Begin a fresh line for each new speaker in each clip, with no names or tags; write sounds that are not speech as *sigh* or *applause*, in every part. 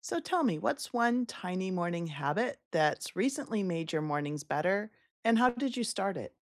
So tell me, what's one tiny morning habit that's recently made your mornings better? And how did you start it?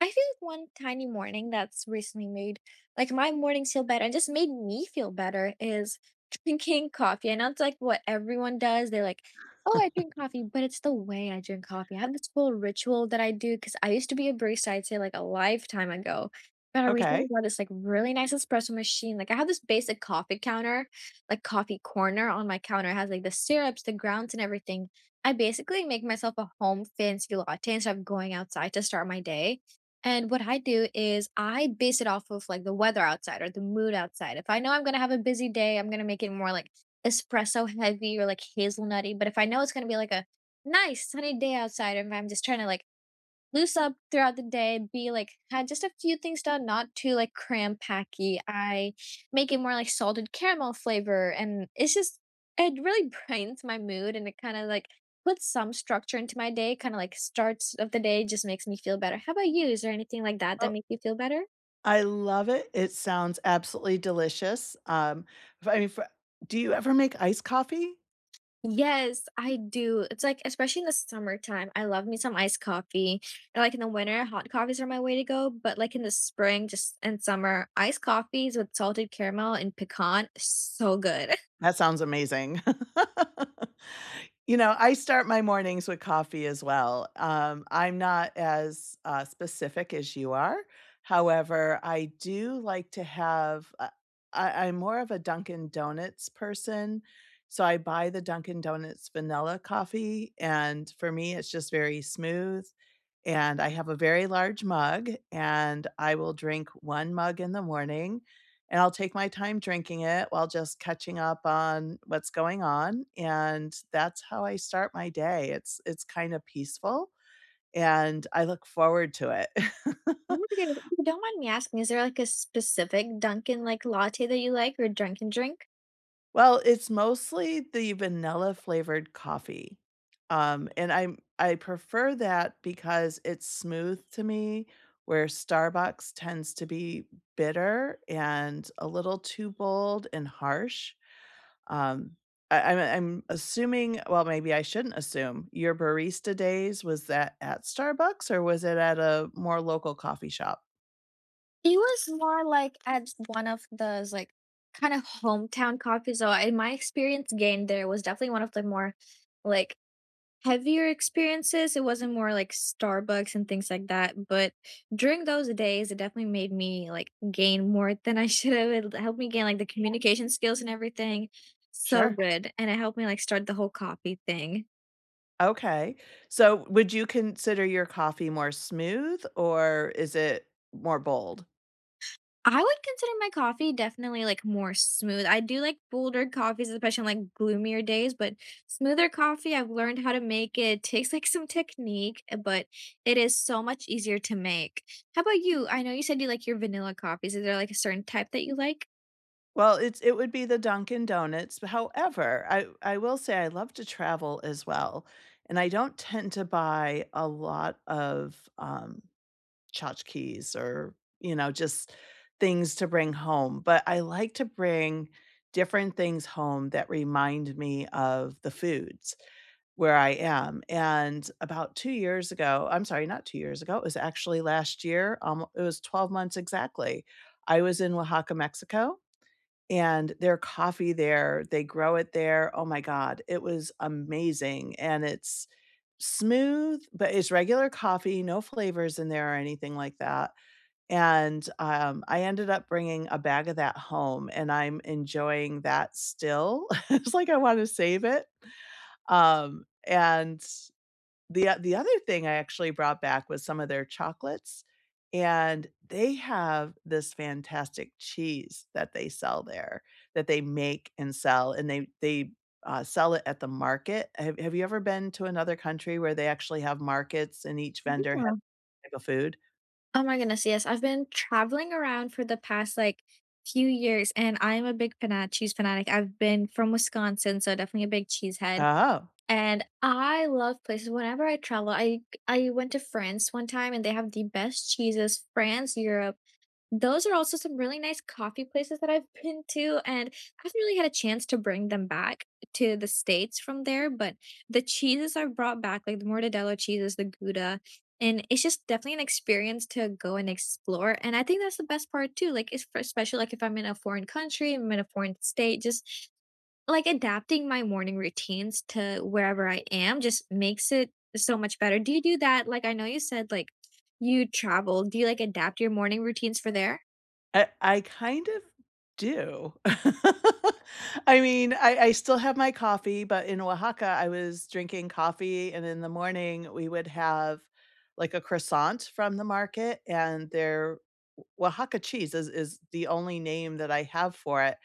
I feel like one tiny morning that's recently made like my mornings feel better and just made me feel better is *laughs* drinking coffee. And that's like what everyone does. They're like, oh, I drink coffee, but it's the way I drink coffee. I have this whole ritual that I do because I used to be a barista, I'd say like a lifetime ago. But I recently
Okay.
got this like really nice espresso machine. Like I have this basic coffee counter, like coffee corner on my counter. It has like the syrups, the grounds, and everything. I basically make myself a home fancy latte instead of going outside to start my day, and what I do is I base it off of like the weather outside or the mood outside. If I know I'm going to have a busy day, I'm going to make it more like espresso *laughs* heavy or like hazelnutty. But if I know it's going to be like a nice sunny day outside, and I'm just trying to like loose up throughout the day, be like had just a few things done, not too like cram packy. I make it more like salted caramel flavor, and it's just it really *laughs* brightens my mood, and it kind of like puts some structure into my day. Kind of like starts of the day, just makes me feel better. How about you? Is there anything like that that
Well,
make you feel better?
I love it. It sounds absolutely delicious. If- I mean, for, do you ever make iced coffee?
Yes, I do. It's like, especially in the summertime, I love me some iced coffee. And like in the winter, hot coffees are my way to go. But like in the spring, just and summer, iced coffees with salted caramel and pecan, so good. *laughs*
That sounds amazing. *laughs* You know, I start my mornings with coffee as well. I'm not as specific as you are. However, I do like to have, I'm more of a Dunkin' Donuts person. So I buy the Dunkin' Donuts vanilla coffee. And for me, it's just very smooth. And I have a very large mug, and I will drink one mug in the morning and I'll take my time drinking it while just catching up on what's going on, and that's how I start my day. It's kinda peaceful, and I look forward to
Oh
it.
my
*laughs*
goodness. If you don't mind me asking, is there like a specific Dunkin' like latte that you like, or Dunkin' drink?
Well, it's mostly the vanilla flavored coffee, and I prefer that because it's smooth to me, where Starbucks tends to be bitter and a little too bold and harsh. Um, I'm assuming, well, maybe I shouldn't assume, your barista days, was that at Starbucks or was it at a more local coffee shop?
It was more like at one of those like kind of hometown coffees. So in my experience gained there was definitely one of the more like heavier experiences. It wasn't more like Starbucks and things like that, but during those days, it definitely made me, like, gain more than I *laughs* should have. It helped me gain, like, the communication skills and everything. So
Sure.
good, and it helped me, like, start the whole coffee thing.
Okay. So would you consider your coffee more smooth or is it more bold?
I would consider my coffee definitely, like, more smooth. I do like bolder coffees, especially on, like, gloomier days, but smoother coffee, I've learned how to make it. It takes, like, some technique, but it is so much easier to make. How about you? I know you said you like your vanilla coffees. Is there, like, a certain type that you like?
Well, it would be the Dunkin' Donuts. However, I will say I love to travel as well, and I don't tend to buy a lot of, tchotchkes or, you know, just things to bring home, but I like to bring different things home that remind me of the foods where I am, and about 2 years ago, I'm sorry, not 2 years ago, it was actually last year, it was 12 months exactly. I was in Oaxaca, Mexico, and their coffee there, they grow it there. Oh my god, it was amazing, and it's smooth, but it's regular coffee, no flavors in there or anything like that, and, I ended up bringing a bag of that home, and I'm enjoying that still. *laughs* It's like I wanna save it, and the The other thing I actually brought back was some of their chocolates, and they have this fantastic cheese that they sell there, that they make and sell, and they sell it at the market. Have you ever been to another country where they actually have markets and each vendor has
Yeah.
a type of food?
Oh my goodness, yes. I've been traveling around for the past, like, few years, and I am a big fana cheese fanatic. I've been from Wisconsin, so definitely a big cheese head.
Oh.
And I love places whenever I travel, I went to France one time and they have the best cheeses, France, Europe. Those are also some really nice coffee places that I've been to, and I haven't really had a chance to bring them back to the States from there, but the cheeses I've brought back, like the mortadella cheeses, the Gouda, and it's just definitely an experience to go and explore. And I think that's the best part too. Like, it's for- especially like if I'm in a foreign country, I'm in a foreign state, just like, adapting my morning routines to wherever I am just makes it so much better. Do you do that? Like, I know you said, like, you travel. Do you, like, adapt your morning routines for there?
I kind of do. *laughs* I mean, I still have my coffee, but in Oaxaca, I was drinking coffee, and in the morning, we would have, like, a croissant from the market, and their Oaxaca cheese is the only name that I have for it,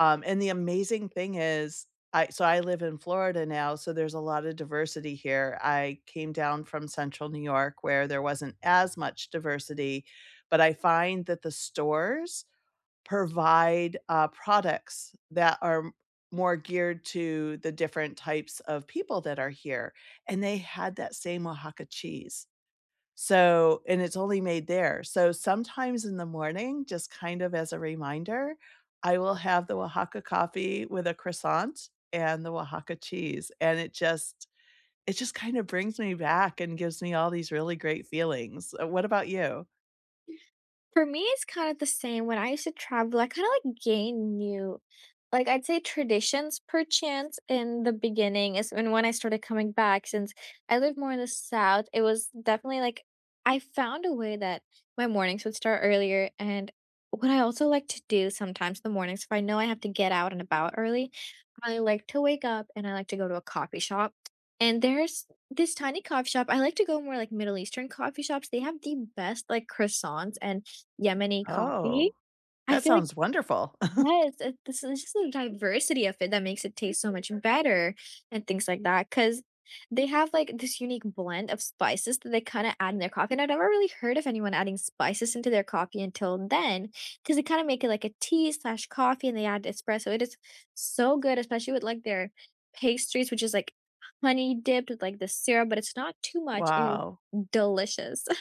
and the amazing thing is, I so I live in Florida now, so there's a lot of diversity here. I came down from Central New York where there wasn't as much diversity, but I find that the stores provide, products that are m more geared to the different types of people that are here, and they had that same Oaxaca cheese. So, and it's only made there. So sometimes in the morning, just kind of as a reminder, I will have the Oaxaca coffee with a croissant and the Oaxaca cheese, and it just kind of brings me back and gives me all these really great feelings. What about you?
For me, it's kind of the same. When I used to travel, I kind of like gain new, like I'd say traditions perchance in the beginning is and when I started coming back, since I lived more in the south, it was definitely like I found a way that my mornings would start earlier. And what I also like to do sometimes in the mornings, if I know I have to get out and about early, I like to wake up and I like to go to a coffee shop. And there's this tiny coffee shop. I like to go more like Middle Eastern coffee shops. They have the best like croissants and Yemeni coffee.
Oh,
I
that
feel like
sounds wonderful. *laughs*
yes, it, this is just the diversity of it that makes it taste so much better and things like that. Because they have like this unique blend of spices that they kind of add in their coffee. And I've never really heard of anyone adding spices into their coffee until then, because they kind of make it like a tea slash coffee and they add espresso. It is so good, especially with like their pastries, which is like honey dipped with like the syrup, but it's not too much. It is
Wow,
delicious. *laughs*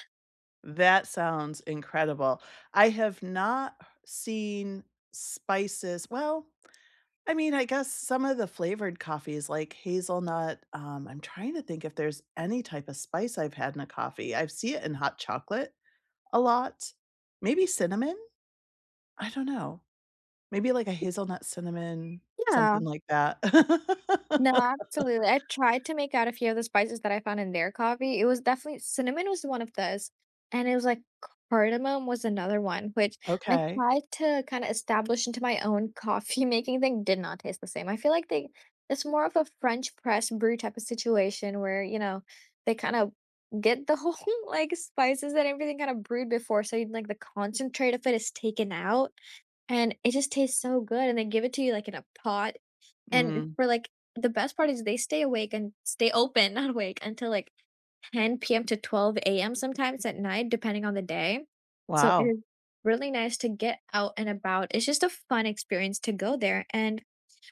that sounds incredible. I have not seen spices, well, I mean, I guess some of the flavored coffees like hazelnut. I'm trying to think if there's any type of spice I've had in a coffee. I see it in hot chocolate a lot. Maybe cinnamon? I don't know. Maybe like a hazelnut cinnamon,
Yeah.
something like that.
No,
*laughs*
absolutely. I tried to make out a few of the spices that I found in their coffee. It was definitely cinnamon was one of those, and it was like cardamom was another one, which I
Okay.
tried to kind of establish into my own coffee *laughs* making thing. Did not taste the same. I feel like they it's more of a French press brew type of situation where, you know, they kind of get the whole *laughs* like spices and everything kind of brewed before. So you like the concentrate of it is taken out and it just tastes so good. And they give it to you like in a pot, and
Mm.
for, like, the best part is they stay awake and stay open, *laughs* not awake, until, like, 10 p.m. to 12 a.m. sometimes at night, depending on the day. So it
Wow.
is really nice to get out and about. It's just a fun experience to go there, and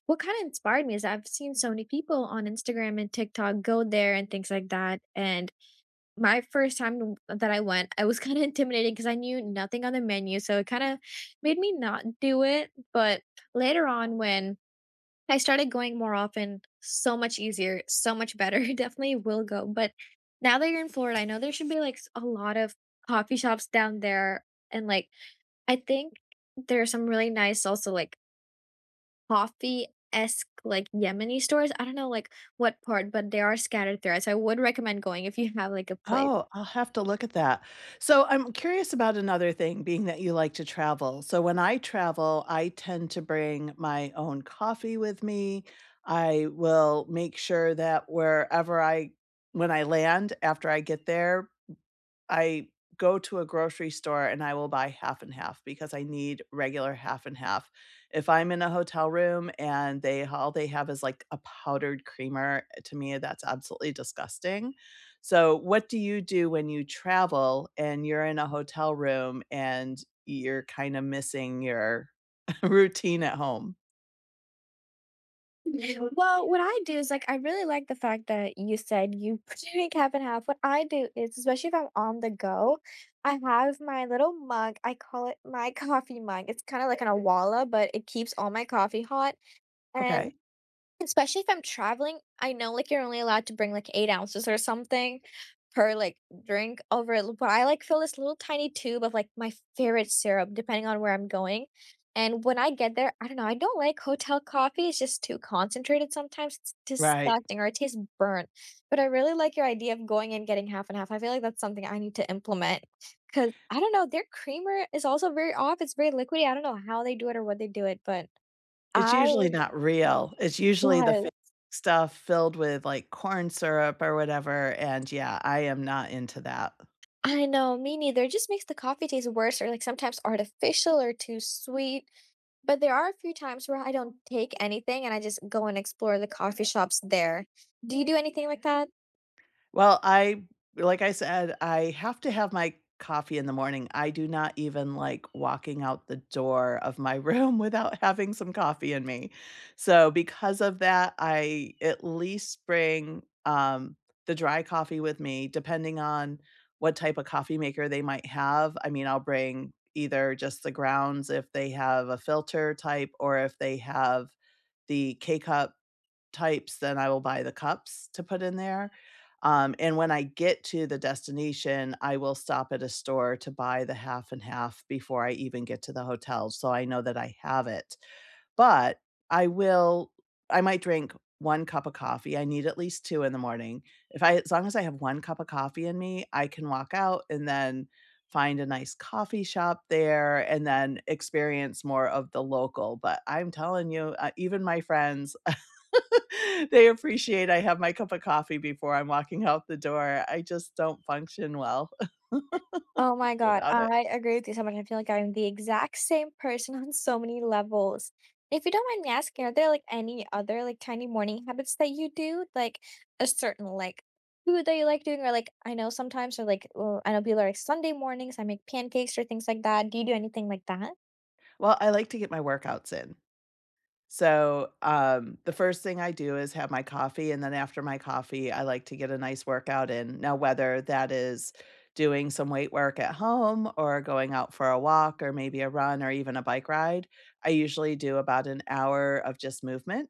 what kinda inspired me is I've seen so many people on Instagram and TikTok go there and things like that, and my first time w that I went, I was *laughs* kinda intimidated because I knew nothing on the menu, so it kinda made me not do it, but later on when I started going more often, so much easier, so much better. *laughs* Definitely will go. But now that you're in Florida, I know there should be like s- a lot of coffee shops down there. And like, I think there are some really nice, also like coffee esque, like Yemeni stores. I don't know like what part, but they are scattered throughout. So I would recommend going if you have like a place.
Oh, I'll have to look at that. So I'm curious about another thing, being that you like to travel. So when I travel, I tend to bring my own coffee with me. I will make sure that wherever I when I land, after I get there, I go to a grocery store and I will buy half and half because I need regular half and half. If I'm in a hotel room and they all they have is like a powdered creamer, eh, to me that's absolutely disgusting. So, what do you do when you travel and you're in a hotel room and you're kind of missing your *laughs* routine at home?
*laughs* Well, what I do is like I really like the fact that you said you *laughs* drink half and half. What I do is, especially if I'm on the go, I have my little mug. I call it my *laughs* coffee mug. It's kind of like an awala, but it keeps all my coffee hot. And
Okay.
especially if I'm traveling, I know, like, you're only allowed to bring, like, 8 ounces or something per, like, drink over l but I, like, fill this little tiny tube of, like, my favorite syrup depending on where I'm going, and when I get there, I don't know, I don't like hotel coffee, it's just too concentrated sometimes, it's
Right.
disgusting or it tastes burnt, but I really like your idea of going and getting half and half. I feel like that's something I need to implement because I don't know, their creamer is also very off, it's very liquidy, I don't know how they do it or what they do it, but
It's
I
usually not real. It's usually the fake
yes.
stuff filled with, like, corn syrup or whatever, and yeah, I am not into that.
I know, me neither. It just makes the coffee taste worse or like sometimes artificial or too sweet. But there are a few times where I don't take anything and I just go and explore the coffee shops there. Do you do anything like that?
Well, I like I said, I have to have my coffee in the morning. I do not even like walking out the door of my room *laughs* without having some coffee in me. So because of that, I at least bring the dry coffee with me, depending on what type of coffee maker they might have. I mean, I'll bring either just the grounds if they have a filter type or if they have the K cup types, then I will buy the cups to put in there. And when I get to the destination, I will stop at a store to buy the half and half before I even get to the hotel. So I know that I have it. But I will, I might drink one cup of coffee. I need at least two in the morning. If I, As long as I have one cup of coffee in me, I can walk out and then find a nice coffee shop there and then experience more of the local. But I'm telling you, even my friends, *laughs* *laughs* they appreciate I have my cup of coffee before I'm walking out the door. I just don't function well
Oh my
*laughs*
God,
without it.
I agree with you so much. I feel like I'm the exact same person *laughs* on so many levels. If you don't mind me asking, are there like any other like tiny morning habits that you do? Like a certain like food that you like doing, or like I know sometimes, or like well, I know people are like Sunday mornings, I make pancakes or things like that. Do you do anything like that?
Well, I like to get my workouts in. So, the first thing I do is have my coffee. And then after my coffee, I like to get a nice workout in. Now, whether that is doing some weight work at home or going out for a walk or maybe a run or even a bike ride, I usually do about an hour of just movement,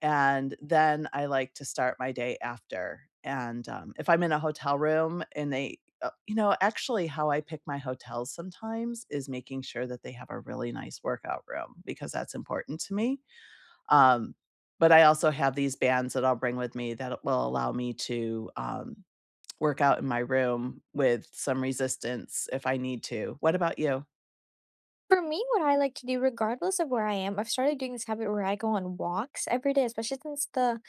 and then I like to start my day after. And, if I'm in a hotel room and they you know, actually how I pick my hotels sometimes is making sure that they have a really nice workout room because that's important to me. um, but I also have these bands that I'll bring with me that will allow me to, work out in my room with some resistance if I need to. What about you?
For me, what I like to do, regardless of where I am, I've started doing this habit where I go on walks every day, especially since the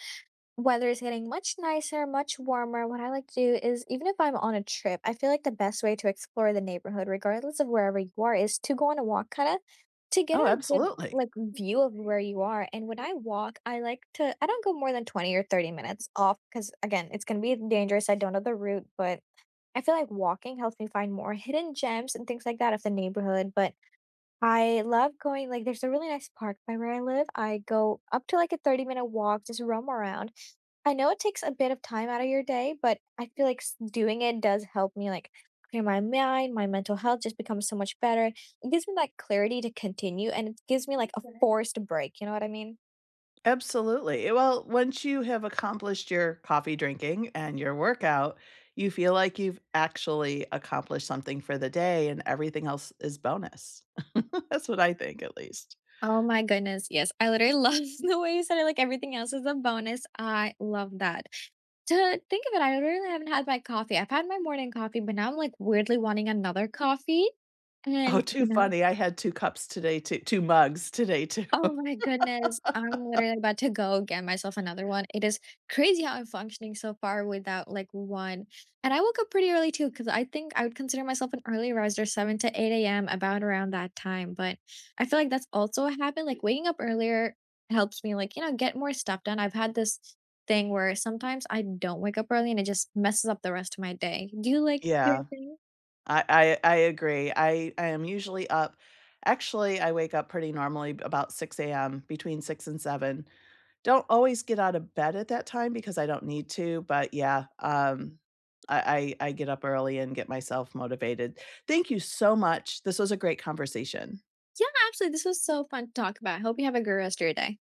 weather is getting much nicer, much warmer. What I like to do is, even if I'm on a trip, I feel like the best way to explore the neighborhood, regardless of wherever you are, is to go on a walk, kind of to get
Oh,
a good
absolutely.
like view of where you are. And when I walk, I like to, I don't go more than 20 or 30 minutes off because, again, it's going to be dangerous. I don't know the route, but I feel like walking helps me find more hidden gems and things like that of the neighborhood. But I love going like, there's a really nice park by where I live. I go up to like a 30-minute walk, just roam around. I know it takes a bit of time out of your day, but I feel like s- doing it does help me like clear my mind, my mental health just becomes so much better. It gives me that clarity to continue and it gives me like a right. Forced break, you know what I mean?
Absolutely. Well, once you have accomplished your coffee drinking and your workout, you feel like you've actually accomplished something for the day and everything else is bonus. *laughs* That's what I think, at least.
Oh my goodness. Yes. I literally love *laughs* the way you said it. Like everything else is a bonus. I love that. To think of it, I really haven't had my coffee. I've had my morning coffee, but now I'm, like, weirdly wanting another coffee,
Oh,
and,
too
you know
funny. I had 2 cups today, too 2 mugs today, too.
Oh my goodness, I'm literally about to go get myself another one. It is crazy how I'm functioning so far without like one. And I woke up pretty early too, because I think I would consider myself an early riser, 7 to 8 a.m., about around that time. But I feel like that's also a habit. Like waking up earlier helps me, like, you know, get more stuff done. I've had this thing where sometimes I don't wake up early and it just messes up the rest of my day. Do you
*laughs*
like do
Yeah.
anything?
I I agree. I am usually up, I wake up pretty normally about 6 a.m., between 6 and 7. Don't always get out of bed at that time because I don't need to, but yeah. I get up early and get myself motivated. Thank you so much. This was a great conversation.
Yeah, absolutely. This was so fun to talk about. Hope you have a good rest of your day.